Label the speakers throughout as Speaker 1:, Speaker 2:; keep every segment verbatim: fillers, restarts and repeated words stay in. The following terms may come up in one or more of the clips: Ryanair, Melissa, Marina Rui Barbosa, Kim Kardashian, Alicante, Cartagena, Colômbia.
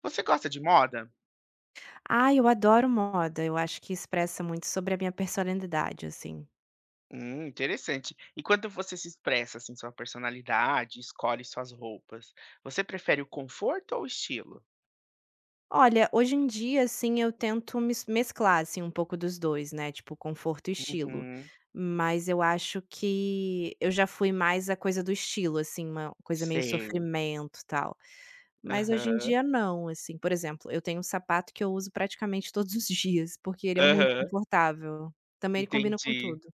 Speaker 1: Você gosta de moda?
Speaker 2: Ah, eu adoro moda, eu acho que expressa muito sobre a minha personalidade, assim.
Speaker 1: Hum, interessante. E quando você se expressa assim, sua personalidade, escolhe suas roupas, você prefere o conforto ou o estilo?
Speaker 2: Olha, hoje em dia, assim, eu tento mes mesclar, assim, um pouco dos dois, né, tipo conforto e estilo.
Speaker 1: Uhum,
Speaker 2: Mas eu acho que eu já fui mais a coisa do estilo, assim, uma coisa meio
Speaker 1: sei.
Speaker 2: sofrimento, tal. Mas hoje em
Speaker 1: Aham,
Speaker 2: dia não, assim, por exemplo, eu tenho um sapato que eu uso praticamente todos os dias, porque ele é muito
Speaker 1: aham,
Speaker 2: confortável. Também ele combina com
Speaker 1: entendi,
Speaker 2: tudo.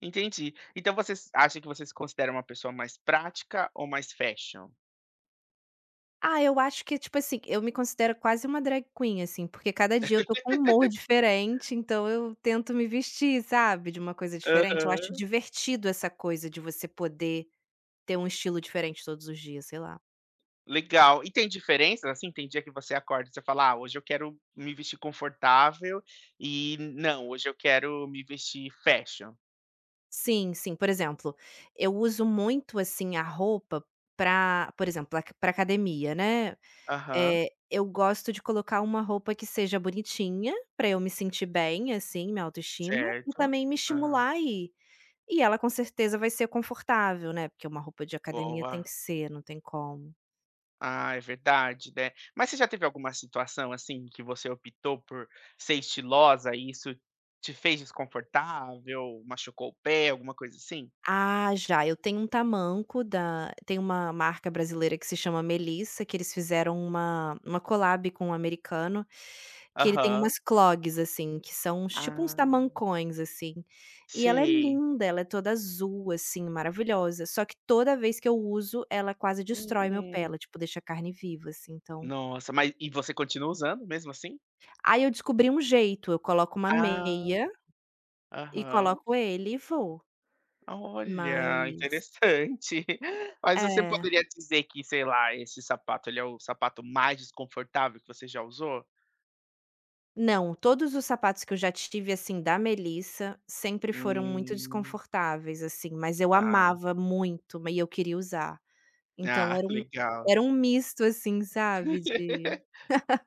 Speaker 1: entendi. Então você s- acha que você se considera uma pessoa mais prática ou mais fashion?
Speaker 2: Ah, eu acho que, tipo assim, eu me considero quase uma drag queen, assim, porque cada dia eu tô com um humor diferente, então eu tento me vestir, sabe, de uma coisa diferente. Eu acho
Speaker 1: Aham.
Speaker 2: divertido essa coisa de você poder ter um estilo diferente todos os dias, sei lá.
Speaker 1: Legal. E tem diferenças, assim? Tem dia que você acorda e você fala, ah, hoje eu quero me vestir confortável e não, hoje eu quero me vestir fashion.
Speaker 2: Sim, sim. Por exemplo, eu uso muito, assim, a roupa pra por exemplo, ac pra academia, né,
Speaker 1: Aham.
Speaker 2: eh, eu gosto de colocar uma roupa que seja bonitinha, pra eu me sentir bem, assim, minha autoestima, e
Speaker 1: Certo.
Speaker 2: também me
Speaker 1: Aham.
Speaker 2: estimular a. E ela com certeza vai ser confortável, né, porque uma roupa de academia tem
Speaker 1: Boa.
Speaker 2: que ser, não tem como.
Speaker 1: Ah, é verdade, né. Mas você já teve alguma situação, assim, que você optou por ser estilosa e isso te fez desconfortável, machucou o pé, alguma coisa assim?
Speaker 2: Ah, já, eu tenho um tamanco da tem uma marca brasileira que se chama Melissa, que eles fizeram uma uma collab com um americano, que ele tem
Speaker 1: Aham.
Speaker 2: umas clogs, assim, que são uns tipo uns
Speaker 1: Ah,
Speaker 2: tamancões, assim. E ela é
Speaker 1: sei.
Speaker 2: linda, ela é toda azul, assim, maravilhosa, só que toda vez que eu uso, ela quase
Speaker 1: Hum.
Speaker 2: destrói meu pé,
Speaker 1: Hum.
Speaker 2: ela, tipo, deixa a carne viva, assim, então
Speaker 1: Nossa, mas e você continua usando mesmo assim?
Speaker 2: aí eu descobri um jeito, eu coloco uma
Speaker 1: Ah,
Speaker 2: meia. E
Speaker 1: aham.
Speaker 2: coloco ele e vou,
Speaker 1: Olha,
Speaker 2: mas
Speaker 1: interessante. Mas você
Speaker 2: é.
Speaker 1: poderia dizer que, sei lá, esse sapato ele é o sapato mais desconfortável que você já usou?
Speaker 2: Não, todos os sapatos que eu já tive, assim, da Melissa, sempre foram muito
Speaker 1: Hum,
Speaker 2: desconfortáveis, assim, mas eu
Speaker 1: tá.
Speaker 2: amava muito, ma e eu queria usar. Então
Speaker 1: Ah,
Speaker 2: era um
Speaker 1: legal.
Speaker 2: era um misto, assim, sabe, de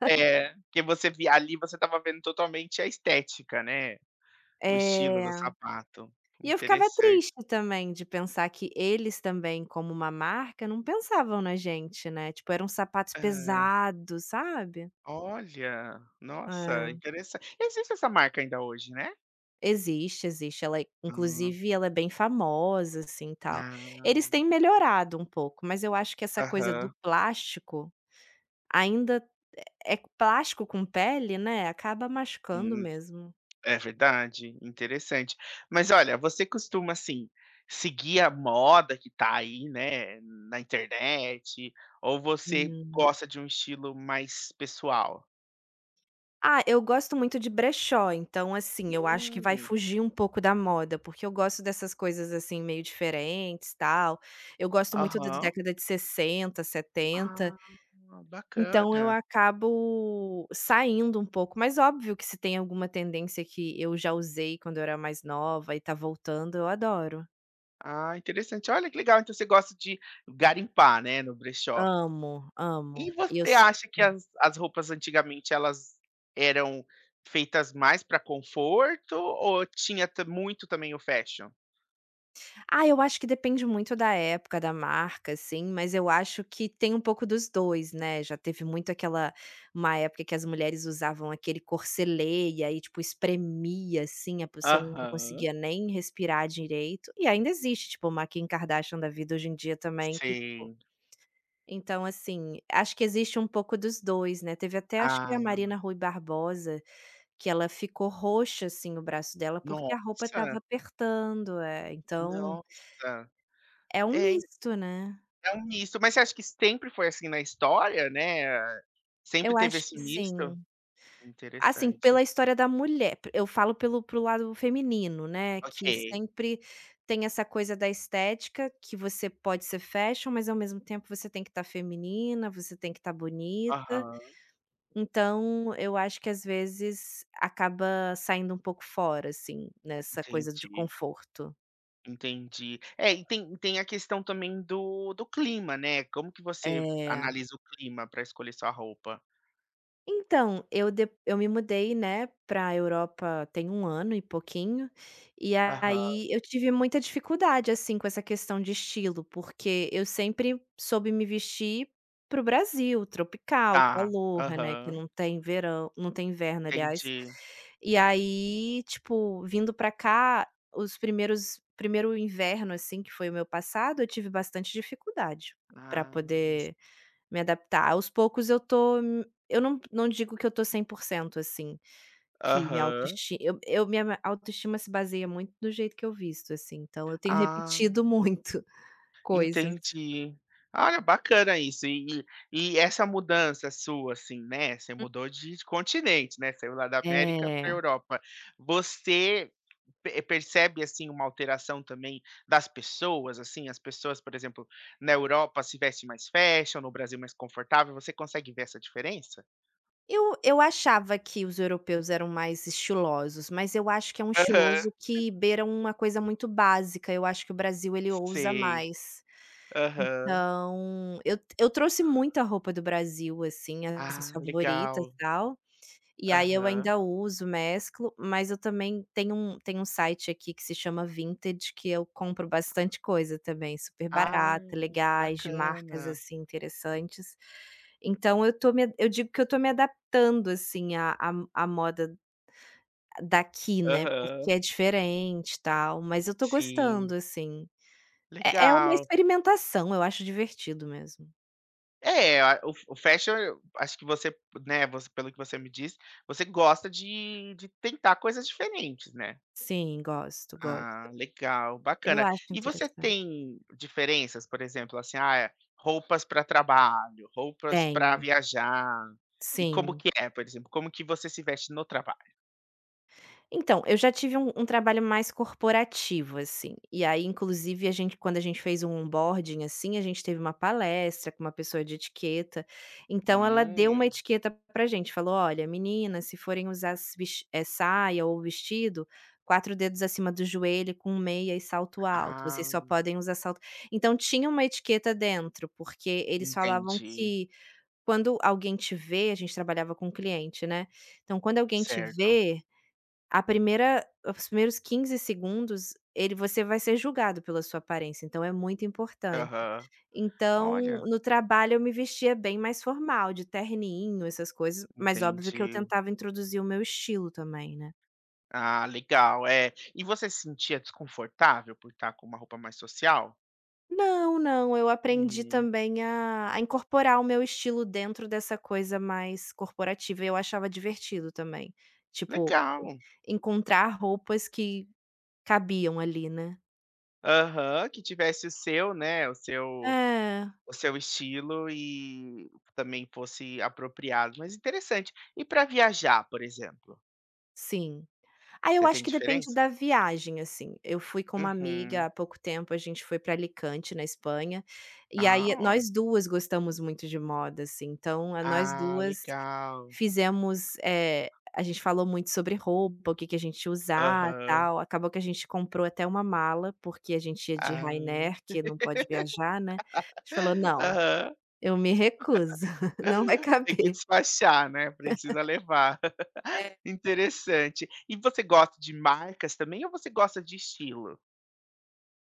Speaker 1: É, porque você via ali você estava vendo totalmente a estética, né, o estilo do
Speaker 2: é.
Speaker 1: sapato.
Speaker 2: E eu ficava
Speaker 1: Interessante.
Speaker 2: triste também de pensar que eles também, como uma marca, não pensavam na gente, né, tipo, eram sapatos
Speaker 1: Hã,
Speaker 2: pesados, sabe?
Speaker 1: olha, nossa,
Speaker 2: É.
Speaker 1: interessante existe essa marca ainda hoje, né?
Speaker 2: Existe, existe. Ela é
Speaker 1: Hum,
Speaker 2: inclusive ela é bem famosa, assim, tal.
Speaker 1: ah,
Speaker 2: Eles têm melhorado um pouco, mas eu acho que essa coisa do
Speaker 1: aham.
Speaker 2: plástico ainda é plástico com pele, né, acaba machucando
Speaker 1: Hum.
Speaker 2: mesmo.
Speaker 1: É verdade, interessante. Mas olha, você costuma, assim, seguir a moda que tá aí, né, na internet, ou você
Speaker 2: Hum.
Speaker 1: gosta de um estilo mais pessoal?
Speaker 2: Ah, eu gosto muito de brechó, então, assim, eu acho que vai
Speaker 1: Hum,
Speaker 2: fugir um pouco da moda, porque eu gosto dessas coisas, assim, meio diferentes, tal. Eu gosto muito da
Speaker 1: aham.
Speaker 2: década de sessenta setenta.
Speaker 1: Ah,
Speaker 2: Então eu
Speaker 1: bacana.
Speaker 2: acabo saindo um pouco, mas óbvio que se tem alguma tendência que eu já usei quando eu era mais nova e tá voltando, eu adoro.
Speaker 1: Ah, interessante. Olha que legal, então você gosta de garimpar, né, no brechó.
Speaker 2: Amo,
Speaker 1: E
Speaker 2: amo. E eu
Speaker 1: você
Speaker 2: s
Speaker 1: acha que
Speaker 2: hum.
Speaker 1: as as roupas antigamente elas eram feitas mais para conforto ou tinha ta muito também o fashion?
Speaker 2: Ah, eu acho que depende muito da época, da marca, assim, mas eu acho que tem um pouco dos dois, né, já teve muito aquela uma época que as mulheres usavam aquele corselet e aí, tipo, espremia, assim, a pessoa não
Speaker 1: Aham.
Speaker 2: conseguia nem respirar direito, e ainda existe, tipo, uma Kim Kardashian da vida hoje em dia também que.
Speaker 1: Sim.
Speaker 2: Então, assim, acho que existe um pouco dos dois, né, teve até acho que a
Speaker 1: Ah,
Speaker 2: Marina Rui Barbosa, que ela ficou roxa, assim, o braço dela,
Speaker 1: nossa,
Speaker 2: porque a roupa estava apertando, eh, então
Speaker 1: nossa.
Speaker 2: é um
Speaker 1: É, en
Speaker 2: misto, né.
Speaker 1: é um misto. Mas você acha que sempre foi assim na história, né, sempre
Speaker 2: Eu
Speaker 1: teve
Speaker 2: acho
Speaker 1: esse
Speaker 2: que
Speaker 1: misto?
Speaker 2: sim, assim,
Speaker 1: Interessante.
Speaker 2: pela história da mulher, p- eu falo pelo pro lado feminino, né,
Speaker 1: Ok.
Speaker 2: que sempre tem essa coisa da estética, que você pode ser fashion, mas ao mesmo tempo você tem que estar feminina, você tem que estar bonita.
Speaker 1: Aham,
Speaker 2: Então, eu acho que às vezes acaba saindo um pouco fora, assim, nessa coisa de
Speaker 1: entendi,
Speaker 2: conforto.
Speaker 1: entendi. É, e tem tem a questão também do do clima, né, como que você
Speaker 2: É.
Speaker 1: analisa o clima para escolher sua roupa?
Speaker 2: Então, eu de eu me mudei, né, pra Europa tem um ano e pouquinho, e
Speaker 1: Aham.
Speaker 2: aí eu tive muita dificuldade, assim, com essa questão de estilo, porque eu sempre soube me vestir para o Brasil, tropical,
Speaker 1: Tá.
Speaker 2: calor, né, que
Speaker 1: Aham.
Speaker 2: não tem verão, não tem inverno, aliás.
Speaker 1: Entendi.
Speaker 2: E aí, tipo, vindo pra cá, os primeiros primeiro inverno, assim, que foi o meu passado, eu tive bastante dificuldade pra
Speaker 1: Ah,
Speaker 2: poder me adaptar. Aos poucos eu tô eu não não digo que eu tô cem por cento assim, que minha
Speaker 1: aham.
Speaker 2: autoesti eu eu minha autoestima se baseia muito do jeito que eu visto, assim, então eu tenho
Speaker 1: Ah.
Speaker 2: repetido muito coisas.
Speaker 1: Entendi. Olha, bacana isso. E e e essa mudança sua, assim, né, você mudou de continente, né, saiu lá da América para a
Speaker 2: É.
Speaker 1: Europa. Você pe percebe, assim, uma alteração também das pessoas, assim? As pessoas, por exemplo, na Europa se vestem mais fashion, no Brasil mais confortável, você consegue ver essa diferença?
Speaker 2: Eu eu achava que os europeus eram mais estilosos, mas eu acho que é um
Speaker 1: Aham.
Speaker 2: estiloso que beira uma coisa muito básica, eu acho que o Brasil ele ousa
Speaker 1: Sei.
Speaker 2: mais.
Speaker 1: Aham.
Speaker 2: Então, eu eu trouxe muita roupa do Brasil, assim, as minhas
Speaker 1: Ah,
Speaker 2: favoritas, e
Speaker 1: legal.
Speaker 2: tal. E aí eu
Speaker 1: Aham.
Speaker 2: ainda uso, mesclo, mas eu também tenho um tenho um site aqui que se chama vintage que eu compro bastante coisa também, super
Speaker 1: Ah,
Speaker 2: barata, legais, de marcas,
Speaker 1: bacana.
Speaker 2: assim, interessantes. Então eu tô me eu digo que eu tô me adaptando, assim, à à à moda daqui, né, porque
Speaker 1: Aham.
Speaker 2: é diferente, e tal, mas eu tô
Speaker 1: Sim.
Speaker 2: gostando, assim. É é uma
Speaker 1: Legal.
Speaker 2: experimentação, eu acho divertido mesmo.
Speaker 1: É, a o o fashion, eu acho que você, né, você pelo que você me disse, você gosta de de tentar coisas diferentes, né.
Speaker 2: Sim, gosto, gosto.
Speaker 1: Ah, legal,
Speaker 2: Eu
Speaker 1: bacana.
Speaker 2: acho
Speaker 1: E você
Speaker 2: interessante.
Speaker 1: tem diferenças, por exemplo, assim, ah, roupas para trabalho, roupas para
Speaker 2: Tenho,
Speaker 1: viajar, e como
Speaker 2: sim.
Speaker 1: que é, por exemplo, como que você se veste no trabalho?
Speaker 2: Então, eu já tive um um trabalho mais corporativo, assim, e aí inclusive a gente quando a gente fez um onboarding, assim, a gente teve uma palestra com uma pessoa de etiqueta, então ela deu uma
Speaker 1: Hum.
Speaker 2: etiqueta pra gente, falou: "Olha, meninas, se forem usar s ves eh, saia ou vestido, quatro dedos acima do joelho com meia e salto alto,
Speaker 1: Ah,
Speaker 2: vocês só podem usar salto". Então tinha uma etiqueta dentro, porque eles falavam
Speaker 1: entendi.
Speaker 2: que quando alguém te vê, a gente trabalhava com cliente, né, então quando alguém te
Speaker 1: Certo.
Speaker 2: vê a primeira os primeiros quinze segundos, ele você vai ser julgado pela sua aparência, então é muito importante.
Speaker 1: Aham.
Speaker 2: Então,
Speaker 1: Olha,
Speaker 2: no trabalho eu me vestia bem mais formal, de terninho, essas coisas, mas óbvio que eu
Speaker 1: entendi.
Speaker 2: tentava introduzir o meu estilo também, né.
Speaker 1: Ah, legal, é. E você se sentia desconfortável por estar com uma roupa mais social?
Speaker 2: Não, não, eu aprendi
Speaker 1: Uhum.
Speaker 2: também a a incorporar o meu estilo dentro dessa coisa mais corporativa e eu achava divertido também, tipo,
Speaker 1: Legal.
Speaker 2: encontrar roupas que cabiam ali, né.
Speaker 1: Aham, que tivesse o seu, né, o seu
Speaker 2: É,
Speaker 1: o seu estilo e também fosse apropriado, mas interessante. E para viajar, por exemplo,
Speaker 2: sim. Ah, eu
Speaker 1: você tem
Speaker 2: acho que depende
Speaker 1: diferença?
Speaker 2: da viagem, assim. Eu fui com uma amiga
Speaker 1: Uhum.
Speaker 2: há pouco tempo, a gente foi para Alicante, na Espanha, e
Speaker 1: Ah,
Speaker 2: aí
Speaker 1: ó.
Speaker 2: nós duas gostamos muito de moda, assim, então a nós
Speaker 1: Ah,
Speaker 2: duas
Speaker 1: legal.
Speaker 2: fizemos, eh, a gente falou muito sobre roupa, o que que a gente ia usar,
Speaker 1: Aham.
Speaker 2: tal, acabou que a gente comprou até uma mala, porque a gente ia de
Speaker 1: Ah.
Speaker 2: Ryanair, que não pode viajar, né. A gente falou: "Não,
Speaker 1: Aham.
Speaker 2: eu me recuso, não vai
Speaker 1: Tem que
Speaker 2: caber".
Speaker 1: disfarçar, né, precisa levar.
Speaker 2: É.
Speaker 1: Interessante. E você gosta de marcas também ou você gosta de estilo?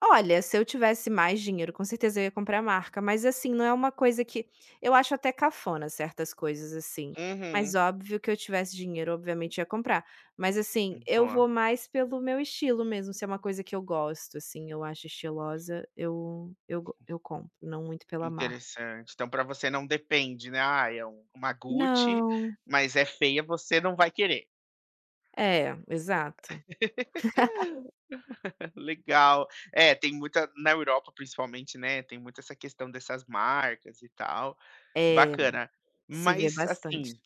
Speaker 2: Olha, se eu tivesse mais dinheiro, com certeza eu ia comprar marca, mas assim, não é uma coisa que eu acho até cafona certas coisas, assim, mas
Speaker 1: Uhum.
Speaker 2: óbvio que eu tivesse dinheiro, obviamente ia comprar, mas assim, eu
Speaker 1: Boa,
Speaker 2: vou mais pelo meu estilo mesmo, se é uma coisa que eu gosto, assim, eu acho estilosa, eu eu go eu compro, não muito pela marca.
Speaker 1: interessante. Então para você não depende, né, ah, é um uma Gucci,
Speaker 2: Não.
Speaker 1: mas é feia, você não vai querer.
Speaker 2: É, exato.
Speaker 1: Legal. É, tem muita na Europa principalmente, né, tem muito essa questão dessas marcas e tal.
Speaker 2: É,
Speaker 1: Bacana.
Speaker 2: se vê
Speaker 1: Mas,
Speaker 2: bastante.
Speaker 1: assim.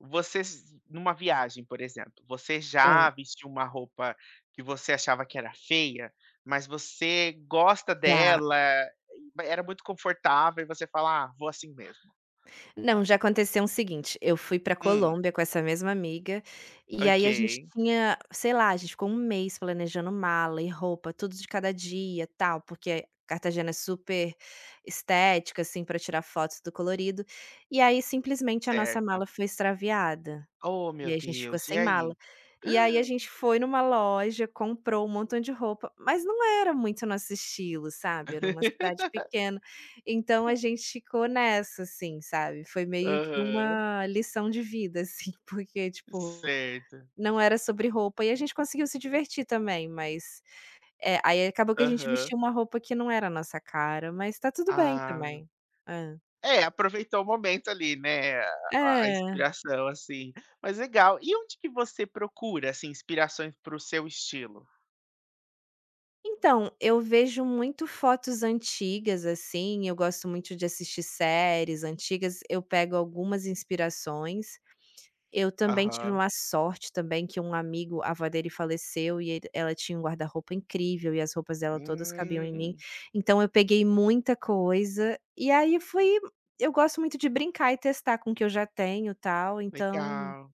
Speaker 1: Vocês numa viagem, por exemplo, você
Speaker 2: Hã,
Speaker 1: já vestiu uma roupa que você achava que era feia, mas você gosta
Speaker 2: já.
Speaker 1: dela, e ba- era muito confortável e você fala: "Ah, vou assim mesmo".
Speaker 2: Não, já aconteceu o seguinte, eu fui pra
Speaker 1: Hum,
Speaker 2: Colômbia com essa mesma amiga, e aí a gente
Speaker 1: ok,
Speaker 2: tinha, sei lá, a gente ficou um mês planejando mala e roupa, tudo de cada dia, tal, porque Cartagena é super estética, assim, pra tirar fotos do colorido, e aí simplesmente a nossa
Speaker 1: certo.
Speaker 2: mala foi extraviada.
Speaker 1: Oh, meu
Speaker 2: E aí a gente ficou
Speaker 1: Deus, e
Speaker 2: sem mala.
Speaker 1: aí?
Speaker 2: E aí a gente foi numa loja, comprou um montão de roupa, mas não era muito nosso estilo, sabe, era uma cidade pequena. Então a gente ficou nessa, assim, sabe, foi meio que
Speaker 1: Aham,
Speaker 2: uma lição de vida, assim, porque, tipo,
Speaker 1: certo.
Speaker 2: não era sobre roupa e a gente conseguiu se divertir também, mas, eh, aí acabou que a gente
Speaker 1: Aham.
Speaker 2: vestiu uma roupa que não era a nossa cara, mas tá tudo bem
Speaker 1: Ah.
Speaker 2: também. Hã.
Speaker 1: É, aproveitou o momento ali, né, a a
Speaker 2: É.
Speaker 1: inspiração, assim. Mas legal. E onde que você procura, assim, inspirações para o seu estilo?
Speaker 2: Então, eu vejo muito fotos antigas, assim, eu gosto muito de assistir séries antigas, eu pego algumas inspirações. Eu também tive
Speaker 1: Aham.
Speaker 2: uma sorte também que um amigo, a avó dele faleceu e ele ela tinha um guarda-roupa incrível e as roupas dela todas cabiam em mim,
Speaker 1: Hum,
Speaker 2: então eu peguei muita coisa, e aí fui, eu gosto muito de brincar e testar com o que eu já tenho, tal, então
Speaker 1: legal,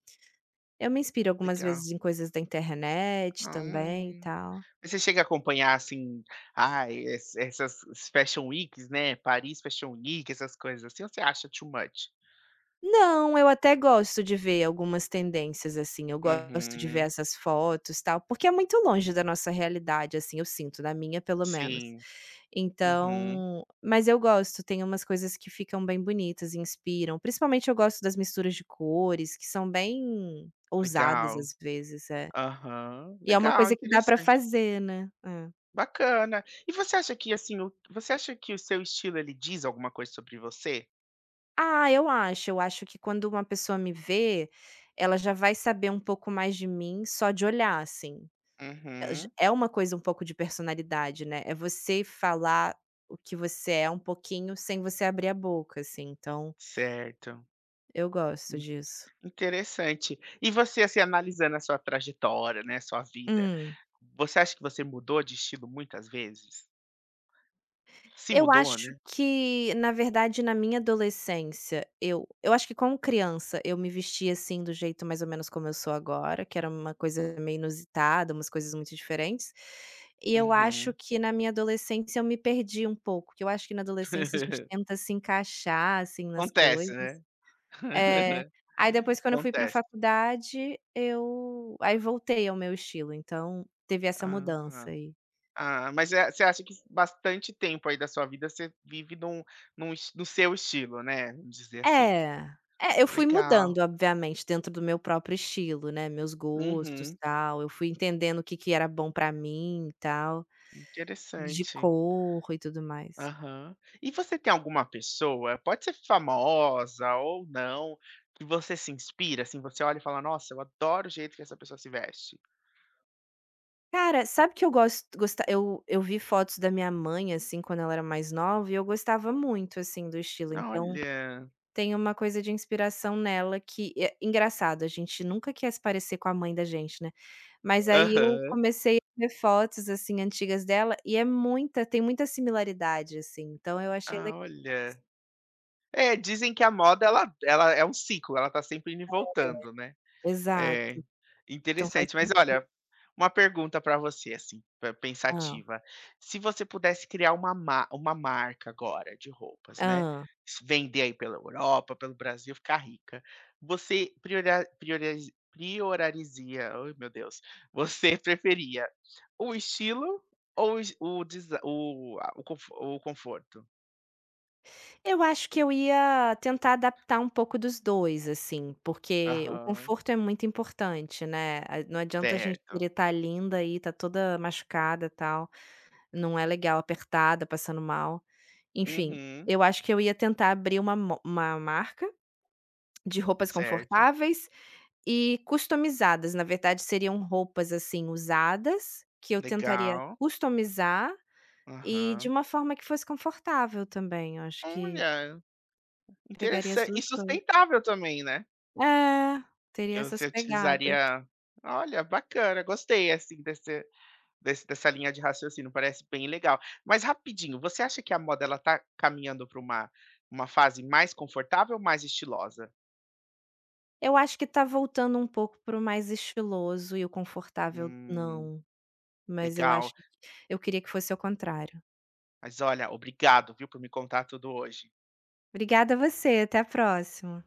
Speaker 2: eu me inspiro algumas
Speaker 1: legal.
Speaker 2: vezes em coisas da internet também,
Speaker 1: Hum.
Speaker 2: tal.
Speaker 1: Você chega a acompanhar, assim, ai, es essas Fashion Weeks, né, Paris Fashion Week, essas coisas assim, ou você acha too much?
Speaker 2: Não, eu até gosto de ver algumas tendências, assim, eu gosto de ver
Speaker 1: Uhum.
Speaker 2: essas fotos, tal, porque é muito longe da nossa realidade, assim, eu sinto, da minha pelo menos.
Speaker 1: Sim. Uhum.
Speaker 2: Então, mas eu gosto, tem umas coisas que ficam bem bonitas e inspiram, principalmente eu gosto das misturas de cores, que são bem ousadas
Speaker 1: Legal.
Speaker 2: às vezes, é.
Speaker 1: Aham.
Speaker 2: E é uma
Speaker 1: Legal,
Speaker 2: coisa que dá pra
Speaker 1: interessante.
Speaker 2: fazer, né. É.
Speaker 1: Bacana. E você acha que assim, o você acha que o seu estilo ele diz alguma coisa sobre você?
Speaker 2: Ah, eu acho, eu acho que quando uma pessoa me vê, ela já vai saber um pouco mais de mim só de olhar, assim. É j
Speaker 1: Uhum.
Speaker 2: é uma coisa um pouco de personalidade, né, é você falar o que você é um pouquinho sem você abrir a boca, assim, então
Speaker 1: Certo.
Speaker 2: eu gosto
Speaker 1: In
Speaker 2: disso.
Speaker 1: Interessante. E você, assim, analisando a sua trajetória, né, sua vida,
Speaker 2: Hum.
Speaker 1: você acha que você mudou de estilo muitas vezes? Se
Speaker 2: Eu
Speaker 1: mudou,
Speaker 2: acho
Speaker 1: né?
Speaker 2: que, na verdade, na minha adolescência, eu eu acho que como criança eu me vestia, assim, do jeito mais ou menos como eu sou agora, que era uma coisa meio inusitada, umas coisas muito diferentes. E eu acho
Speaker 1: Uhum.
Speaker 2: que na minha adolescência eu me perdi um pouco, que eu acho que na adolescência a gente tenta se encaixar, assim, nas
Speaker 1: Acontece,
Speaker 2: coisas.
Speaker 1: né?
Speaker 2: É. Aí depois quando eu fui pra
Speaker 1: Acontece.
Speaker 2: faculdade, eu aí voltei ao meu estilo, então teve essa mudança
Speaker 1: Ah.
Speaker 2: aí.
Speaker 1: Ah, mas é você acha que bastante tempo aí da sua vida você vive num num es no seu estilo, né, vamos dizer assim.
Speaker 2: É. É, eu fui
Speaker 1: Legal.
Speaker 2: mudando obviamente dentro do meu próprio estilo, né, meus gostos,
Speaker 1: Uhum,
Speaker 2: tal, eu fui entendendo o que que era bom pra mim e tal, de
Speaker 1: interessante.
Speaker 2: cor e tudo mais.
Speaker 1: Aham. E você tem alguma pessoa, pode ser famosa ou não, que você se inspira, assim, você olha e fala: "Nossa, eu adoro o jeito que essa pessoa se veste".
Speaker 2: Cara, sabe que eu gosto gosta eu eu vi fotos da minha mãe, assim, quando ela era mais nova e eu gostava muito, assim, do estilo, então.
Speaker 1: Olha.
Speaker 2: Tem uma coisa de inspiração nela que é engraçado, a gente nunca quer se parecer com a mãe da gente, né. Mas aí eu
Speaker 1: Aham.
Speaker 2: comecei a ver fotos, assim, antigas dela e é muita tem muita similaridade, assim, então eu achei le
Speaker 1: Ah, olha. É, dizem que a moda ela ela é um ciclo, ela tá sempre indo e voltando, né. É,
Speaker 2: exato, então faz
Speaker 1: interessante.
Speaker 2: sen
Speaker 1: Mas olha, uma pergunta para você, assim, pe
Speaker 2: hã,
Speaker 1: pensativa. Se você pudesse criar uma ma uma marca agora de roupas, né,
Speaker 2: hã.
Speaker 1: se vender aí pela Europa, pelo Brasil, ficar rica, você priora prioriza priorariza ai meu Deus, você preferia o estilo ou es o desa o a o conf o conforto?
Speaker 2: Eu acho que eu ia tentar adaptar um pouco dos dois, assim, porque o
Speaker 1: Aham,
Speaker 2: conforto é muito importante, né, a não adianta a gente querer
Speaker 1: certo.
Speaker 2: estar linda e estar toda machucada, tal. Não é legal, apertada, passando mal. Enfim,
Speaker 1: Uhum,
Speaker 2: eu acho que eu ia tentar abrir uma mo uma marca de roupas
Speaker 1: certo.
Speaker 2: confortáveis e customizadas, na verdade seriam roupas, assim, usadas, que eu tentaria
Speaker 1: Legal.
Speaker 2: customizar e de
Speaker 1: Aham.
Speaker 2: uma forma que fosse confortável também, eu acho que
Speaker 1: Olha.
Speaker 2: pegaria as
Speaker 1: Interessante
Speaker 2: duas
Speaker 1: e
Speaker 2: coisas.
Speaker 1: sustentável também, né,
Speaker 2: É, teria
Speaker 1: que
Speaker 2: essas
Speaker 1: você
Speaker 2: pegadas.
Speaker 1: utilizaria olha, bacana, gostei, assim, desse desse dessa linha de raciocínio, parece bem legal. Mas rapidinho, você acha que a moda ela tá caminhando para uma uma fase mais confortável ou mais estilosa?
Speaker 2: Eu acho que tá voltando um pouco para o mais estiloso e o confortável
Speaker 1: Hum,
Speaker 2: não, mas eu
Speaker 1: legal.
Speaker 2: acho eu queria que fosse ao contrário.
Speaker 1: Mas olha, obrigado, viu, por me contar tudo hoje.
Speaker 2: Obrigada a você, até a próxima.